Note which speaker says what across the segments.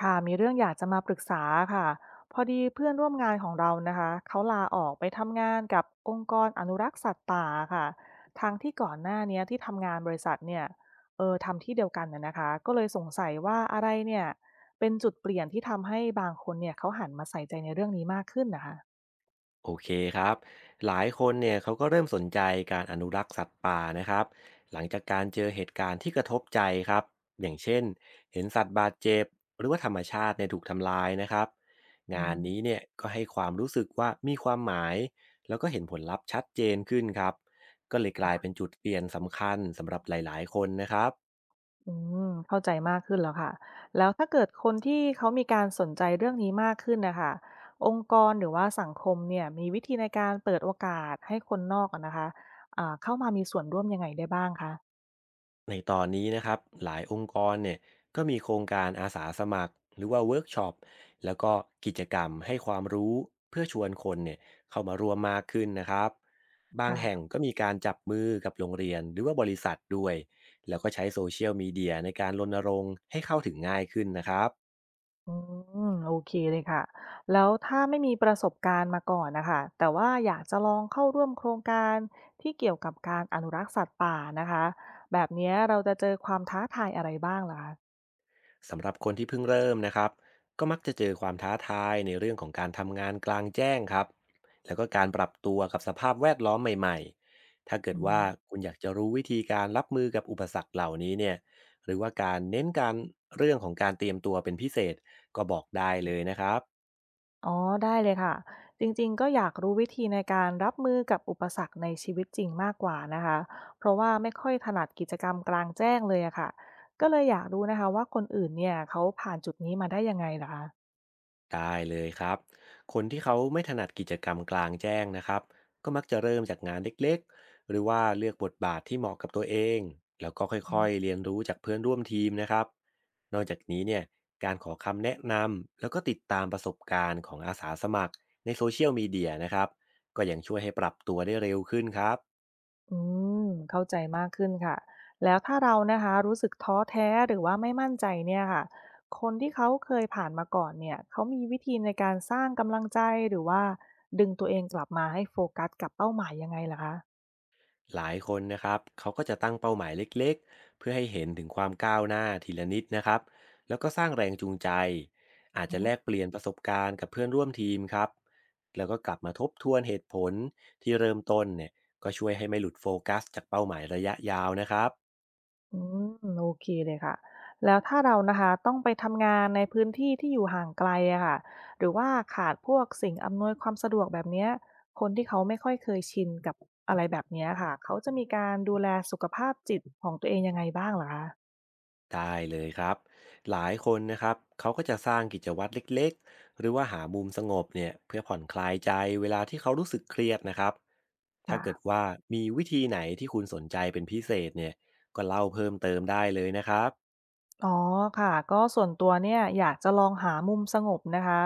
Speaker 1: ค่ะมีเรื่องอยากจะมาปรึกษาค่ะพอดีเพื่อนร่วมงานของเรานะคะเขาลาออกไปทำงานกับองค์กรอนุรักษ์สัตว์ป่าค่ะทางที่ก่อนหน้าเนี้ยที่ทำงานบริษัทเนี่ยทำที่เดียวกันนะคะก็เลยสงสัยว่าอะไรเนี่ยเป็นจุดเปลี่ยนที่ทำให้บางคนเนี่ยเขาหันมาใส่ใจในเรื่องนี้มากขึ้นนะคะ
Speaker 2: โอเคครับหลายคนเนี่ยเขาก็เริ่มสนใจการอนุรักษ์สัตว์ป่านะครับหลังจากการเจอเหตุการณ์ที่กระทบใจครับอย่างเช่นเห็นสัตว์บาดเจ็บหรือว่าธรรมชาติเนี่ยถูกทำลายนะครับ
Speaker 1: อื
Speaker 2: งานนี้
Speaker 1: ม
Speaker 2: เนี่ยก็ให้ความรู้สึกว่ามีความหมายแล้วก็เห็นผลลัพธ์ชัดเจนขึ้นครับก็เลยกลายเป็นจุดเปลี่ยนสำคัญสำหรับหลายๆคนนะครับ
Speaker 1: อืมเข้าใจมากขึ้นแล้วค่ะแล้วถ้าเกิดคนที่เขามีการสนใจเรื่องนี้มากขึ้นนะคะองค์กรหรือว่าสังคมเนี่ยมีวิธีในการเปิดโอกาสให้คนนอกอะนะคะเข้ามามีส่วนร่วมยังไงได้บ้างคะ
Speaker 2: ในตอนนี้นะครับหลายองค์กรเนี่ยก็มีโครงการอาสาสมัครหรือว่าเวิร์กช็อปแล้วก็กิจกรรมให้ความรู้เพื่อชวนคนเนี่ยเข้ามารวมมากขึ้นนะครับบางแห่ง
Speaker 1: ค่ะ
Speaker 2: ก็มีการจับมือกับโรงเรียนหรือว่าบริษัทด้วยแล้วก็ใช้โซเชียลมีเดียในการรณรงค์ให้เข้าถึงง่ายขึ้นนะครับ
Speaker 1: อืมโอเคเลยค่ะแล้วถ้าไม่มีประสบการณ์มาก่อนนะคะแต่ว่าอยากจะลองเข้าร่วมโครงการที่เกี่ยวกับการอนุรักษ์สัตว์ป่านะคะแบบเนี้ยเราจะเจอความท้าทายอะไรบ้างล่ะคะ
Speaker 2: สำหรับคนที่เพิ่งเริ่มนะครับก็มักจะเจอความท้าทายในเรื่องของการทำงานกลางแจ้งครับแล้วก็การปรับตัวกับสภาพแวดล้อมใหม่ๆถ้าเกิด
Speaker 1: อื
Speaker 2: ว่า
Speaker 1: ม
Speaker 2: คุณอยากจะรู้วิธีการรับมือกับอุปสรรคเหล่านี้เนี่ยหรือว่าการเน้นการเรื่องของการเตรียมตัวเป็นพิเศษก็บอกได้เลยนะครับ
Speaker 1: อ๋อได้เลยค่ะจริงๆก็อยากรู้วิธีในการรับมือกับอุปสรรคในชีวิตจริงมากกว่านะคะเพราะว่าไม่ค่อยถนัดกิจกรรมกลางแจ้งเลยอะค่ะก็เลยอยากรู้นะคะว่าคนอื่นเนี่ยเขาผ่านจุดนี้มาได้ยังไงเหรอคะ
Speaker 2: ได้เลยครับคนที่เขาไม่ถนัดกิจกรรมกลางแจ้งนะครับก็มักจะเริ่มจากงานเล็กๆหรือว่าเลือกบทบาทที่เหมาะกับตัวเองแล้วก็ค่อยๆเรียนรู้จากเพื่อนร่วมทีมนะครับนอกจากนี้เนี่ยการขอคำแนะนำแล้วก็ติดตามประสบการณ์ของอาสาสมัครในโซเชียลมีเดียนะครับก็ยังช่วยให้ปรับตัวได้เร็วขึ้นครับ
Speaker 1: อืมเข้าใจมากขึ้นค่ะแล้วถ้าเรานะคะรู้สึกท้อแท้หรือว่าไม่มั่นใจเนี่ยค่ะคนที่เขาเคยผ่านมาก่อนเนี่ยเขามีวิธีในการสร้างกำลังใจหรือว่าดึงตัวเองกลับมาให้โฟกัสกับเป้าหมายยังไงล่ะคะ
Speaker 2: หลายคนนะครับ เขาก็จะตั้งเป้าหมายเล็กๆ เพื่อให้เห็นถึงความก้าวหน้าทีละนิดนะครับ แล้วก็สร้างแรงจูงใจ อาจจะแลกเปลี่ยนประสบการณ์กับเพื่อนร่วมทีมครับ แล้วก็กลับมาทบทวนเหตุผลที่เริ่มต้นเนี่ยก็ช่วยให้ไม่หลุดโฟกัสจากเป้าหมายระยะยาวนะครับ
Speaker 1: อืมโอเคเลยค่ะแล้วถ้าเรานะคะต้องไปทำงานในพื้นที่ที่อยู่ห่างไกลอะค่ะหรือว่าขาดพวกสิ่งอำนวยความสะดวกแบบเนี้ยคนที่เขาไม่ค่อยเคยชินกับอะไรแบบเนี้ยค่ะเขาจะมีการดูแลสุขภาพจิตของตัวเองยังไงบ้างเหรอคะ
Speaker 2: ได้เลยครับหลายคนนะครับเขาก็จะสร้างกิจวัตรเล็กๆหรือว่าหามุมสงบเนี่ยเพื่อผ่อนคลายใจเวลาที่เขารู้สึกเครียดนะครับถ้าเกิด
Speaker 1: ค่ะ
Speaker 2: ว่ามีวิธีไหนที่คุณสนใจเป็นพิเศษเนี่ยก็เล่าเพิ่มเติมได้เลยนะครับ
Speaker 1: อ๋อค่ะก็ส่วนตัวเนี่ยอยากจะลองหามุมสงบนะคะ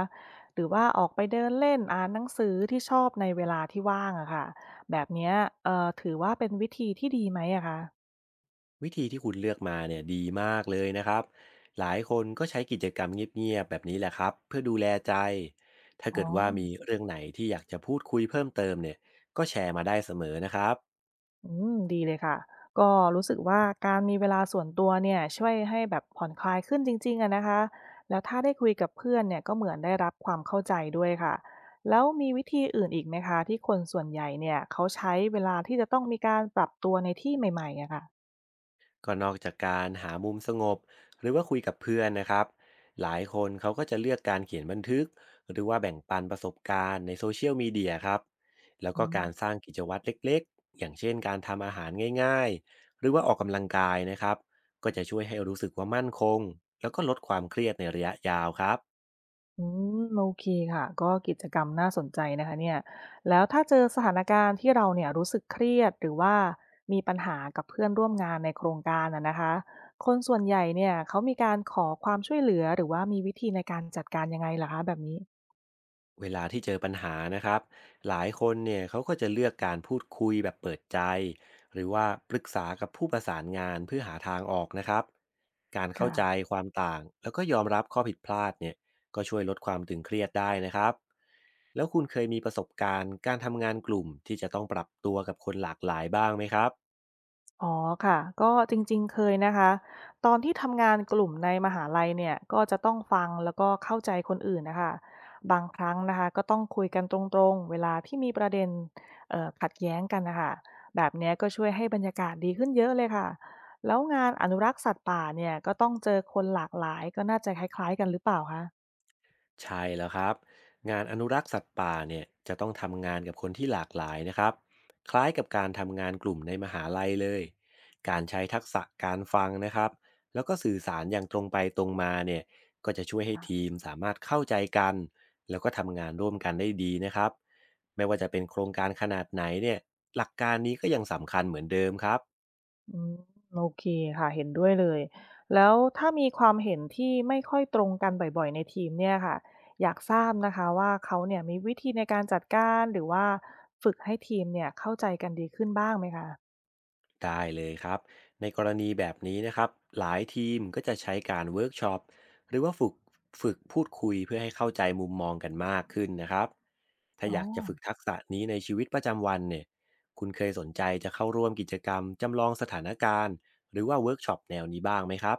Speaker 1: หรือว่าออกไปเดินเล่นอ่านหนังสือที่ชอบในเวลาที่ว่างอะค่ะแบบเนี้ยถือว่าเป็นวิธีที่ดีไหมอะคะ
Speaker 2: วิธีที่คุณเลือกมาเนี่ยดีมากเลยนะครับหลายคนก็ใช้กิจกรรมเงียบๆแบบนี้แหละครับเพื่อดูแลใจถ้า
Speaker 1: อ๋อ
Speaker 2: เกิดว่ามีเรื่องไหนที่อยากจะพูดคุยเพิ่มเติมเนี่ยก็แชร์มาได้เสมอนะครับ
Speaker 1: อืมดีเลยค่ะ ก็รู้สึกว่าการมีเวลาส่วนตัวเนี่ยช่วยให้แบบผ่อนคลายขึ้นจริงๆอะนะคะแล้วถ้าได้คุยกับเพื่อนเนี่ยก็เหมือนได้รับความเข้าใจด้วยค่ะ แล้วมีวิธีอื่นอีกไหมคะที่คนส่วนใหญ่เนี่ยเขาใช้เวลาที่จะต้องมีการปรับตัวในที่ใหม่ๆอะค่ะ
Speaker 2: ก็นอกจากการหามุมสงบหรือว่าคุยกับเพื่อนนะครับหลายคนเขาก็จะเลือกการเขียนบันทึกหรือว่าแบ่งปันประสบการณ์ในโซเชียลมีเดียครับแล้ว
Speaker 1: อื
Speaker 2: ก็
Speaker 1: ม
Speaker 2: การสร้างกิจวัตรเล็กๆอย่างเช่นการทำอาหารง่ายๆหรือว่าออกกำลังกายนะครับก็จะช่วยให้รู้สึกว่ามั่นคงแล้วก็ลดความเครียดในระยะยาวครับ
Speaker 1: อืมโอเคค่ะก็กิจกรรมน่าสนใจนะคะเนี่ยแล้วถ้าเจอสถานการณ์ที่เราเนี่ยรู้สึกเครียดหรือว่ามีปัญหากับเพื่อนร่วมงานในโครงการอะนะคะคนส่วนใหญ่เนี่ยเขามีการขอความช่วยเหลือหรือว่ามีวิธีในการจัดการยังไงลหคะแบบนี้
Speaker 2: เวลาที่เจอปัญหานะครับหลายคนเนี่ยเขาก็จะเลือกการพูดคุยแบบเปิดใจหรือว่าปรึกษากับผู้ประสานงานเพื่อหาทางออกนะครับการเข้าใจ
Speaker 1: ค่ะ
Speaker 2: ความต่างแล้วก็ยอมรับข้อผิดพลาดเนี่ยก็ช่วยลดความตึงเครียดได้นะครับแล้วคุณเคยมีประสบการณ์การทำงานกลุ่มที่จะต้องปรับตัวกับคนหลากหลายบ้างไหมครับ
Speaker 1: อ๋อค่ะก็จริงๆเคยนะคะตอนที่ทำงานกลุ่มในมหาลัยเนี่ยก็จะต้องฟังแล้วก็เข้าใจคนอื่นนะคะบางครั้งนะคะก็ต้องคุยกันตรงๆเวลาที่มีประเด็นขัดแย้งกันนะคะแบบเนี้ยก็ช่วยให้บรรยากาศดีขึ้นเยอะเลยค่ะแล้วงานอนุรักษ์สัตว์ป่าเนี่ยก็ต้องเจอคนหลากหลายก็น่าจะคล้ายๆกันหรือเปล่าคะ
Speaker 2: ใช่แล้วครับงานอนุรักษ์สัตว์ป่าเนี่ยจะต้องทำงานกับคนที่หลากหลายนะครับคล้ายกับการทำงานกลุ่มในมหาลัยเลยการใช้ทักษะการฟังนะครับแล้วก็สื่อสารอย่างตรงไปตรงมาเนี่ยก็จะช่วยให้ทีมสามารถเข้าใจกันแล้วก็ทำงานร่วมกันได้ดีนะครับไม่ว่าจะเป็นโครงการขนาดไหนเนี่ยหลักการนี้ก็ยังสำคัญเหมือนเดิมครับ
Speaker 1: อืมโอเคค่ะเห็นด้วยเลยแล้วถ้ามีความเห็นที่ไม่ค่อยตรงกันบ่อยๆในทีมเนี่ยค่ะอยากทราบนะคะว่าเขาเนี่ยมีวิธีในการจัดการหรือว่าฝึกให้ทีมเนี่ยเข้าใจกันดีขึ้นบ้างไหมคะ
Speaker 2: ได้เลยครับในกรณีแบบนี้นะครับหลายทีมก็จะใช้การเวิร์กช็อปหรือว่าฝึกพูดคุยเพื่อให้เข้าใจมุมมองกันมากขึ้นนะครับถ้า
Speaker 1: อ๋อ
Speaker 2: อยากจะฝึกทักษะนี้ในชีวิตประจำวันเนี่ยคุณเคยสนใจจะเข้าร่วมกิจกรรมจำลองสถานการณ์หรือว่าเวิร์กช็อปแนวนี้บ้างไหมครับ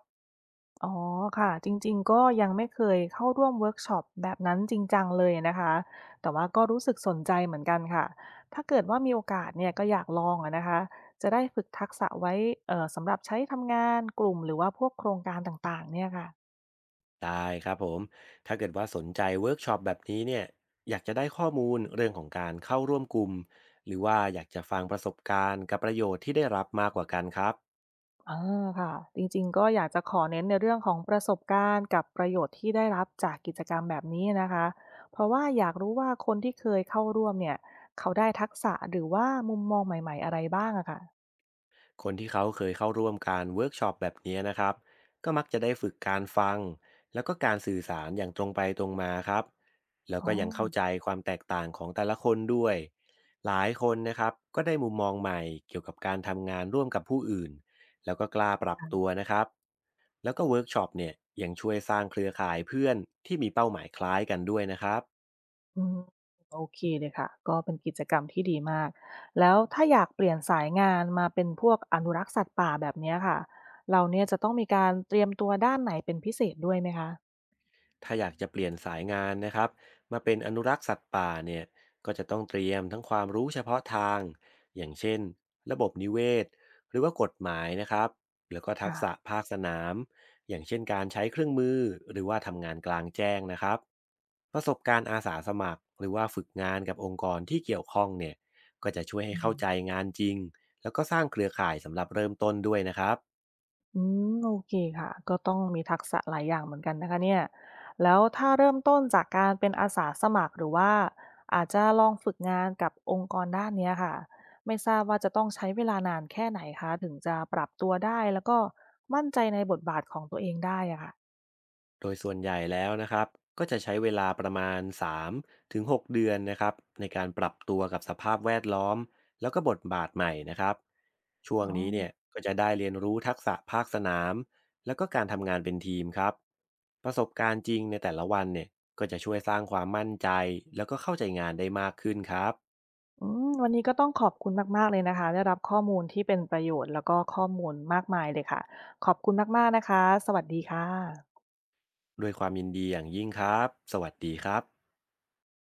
Speaker 1: อ๋อค่ะจริงๆก็ยังไม่เคยเข้าร่วมเวิร์กช็อปแบบนั้นจริงจังเลยนะคะแต่ว่าก็รู้สึกสนใจเหมือนกันค่ะถ้าเกิดว่ามีโอกาสเนี่ยก็อยากลองอะนะคะจะได้ฝึกทักษะไว้สำหรับใช้ทำงานกลุ่มหรือว่าพวกโครงการต่างๆเนี่ยค่ะ
Speaker 2: ได้ครับผมถ้าเกิดว่าสนใจเวิร์กช็อปแบบนี้เนี่ยอยากจะได้ข้อมูลเรื่องของการเข้าร่วมกลุ่มหรือว่าอยากจะฟังประสบการณ์กับประโยชน์ที่ได้รับมากกว่ากันครับ
Speaker 1: ค่ะจริงๆก็อยากจะขอเน้นในเรื่องของประสบการณ์กับประโยชน์ที่ได้รับจากกิจกรรมแบบนี้นะคะเพราะว่าอยากรู้ว่าคนที่เคยเข้าร่วมเนี่ยเขาได้ทักษะหรือว่ามุมมองใหม่ๆอะไรบ้างอะค่ะ
Speaker 2: คนที่เขาเคยเข้าร่วมการเวิร์กช็อปแบบนี้นะครับก็มักจะได้ฝึกการฟังแล้วก็การสื่อสารอย่างตรงไปตรงมาครับแล้ว
Speaker 1: อ๋
Speaker 2: ก็
Speaker 1: อ
Speaker 2: ยังเข้าใจความแตกต่างของแต่ละคนด้วยหลายคนนะครับก็ได้มุมมองใหม่เกี่ยวกับการทำงานร่วมกับผู้อื่นแล้วก็กล้าปรับตัวนะครับแล้วก็เวิร์กช็อปเนี่ยยังช่วยสร้างเครือข่ายเพื่อนที่มีเป้าหมายคล้ายกันด้วยนะครับ
Speaker 1: อืมโอเคเลยค่ะก็เป็นกิจกรรมที่ดีมากแล้วถ้าอยากเปลี่ยนสายงานมาเป็นพวกอนุรักษ์สัตว์ป่าแบบเนี้ยค่ะเราเนี่ยจะต้องมีการเตรียมตัวด้านไหนเป็นพิเศษด้วยไหมคะ
Speaker 2: ถ้าอยากจะเปลี่ยนสายงานนะครับมาเป็นอนุรักษ์สัตว์ป่าเนี่ยก็จะต้องเตรียมทั้งความรู้เฉพาะทางอย่างเช่นระบบนิเวศหรือว่ากฎหมายนะครับแล้วก็ทักษะ
Speaker 1: ค่ะ
Speaker 2: ภาคสนามอย่างเช่นการใช้เครื่องมือหรือว่าทำงานกลางแจ้งนะครับประสบการณ์อาสาสมัครหรือว่าฝึกงานกับองค์กรที่เกี่ยวข้องเนี่ยก็จะช่วยให้
Speaker 1: อื
Speaker 2: เข้า
Speaker 1: ม
Speaker 2: ใจงานจริงแล้วก็สร้างเครือข่ายสำหรับเริ่มต้นด้วยนะครับ
Speaker 1: อืมโอเคค่ะก็ต้องมีทักษะหลายอย่างเหมือนกันนะคะเนี่ยแล้วถ้าเริ่มต้นจากการเป็นอาสาสมัครหรือว่าอาจจะลองฝึกงานกับองค์กรด้านเนี้ยค่ะไม่ทราบว่าจะต้องใช้เวลานานแค่ไหนคะถึงจะปรับตัวได้แล้วก็มั่นใจในบทบาทของตัวเองได้อะค่ะ
Speaker 2: โดยส่วนใหญ่แล้วนะครับก็จะใช้เวลาประมาณ3ถึง6เดือนนะครับในการปรับตัวกับสภาพแวดล้อมแล้วก็บทบาทใหม่นะครับช่วง
Speaker 1: อ๋อ
Speaker 2: นี้เนี่ยก็จะได้เรียนรู้ทักษะภาคสนามแล้วก็การทำงานเป็นทีมครับประสบการณ์จริงในแต่ละวันเนี่ยก็จะช่วยสร้างความมั่นใจแล้วก็เข้าใจงานได้มากขึ้นครับ
Speaker 1: อืมวันนี้ก็ต้องขอบคุณมากๆเลยนะคะได้รับข้อมูลที่เป็นประโยชน์แล้วก็ข้อมูลมากมายเลยค่ะขอบคุณมากๆนะคะสวัสดีค่ะ
Speaker 2: ด้วยความยินดีอย่างยิ่งครับสวัสดีครับ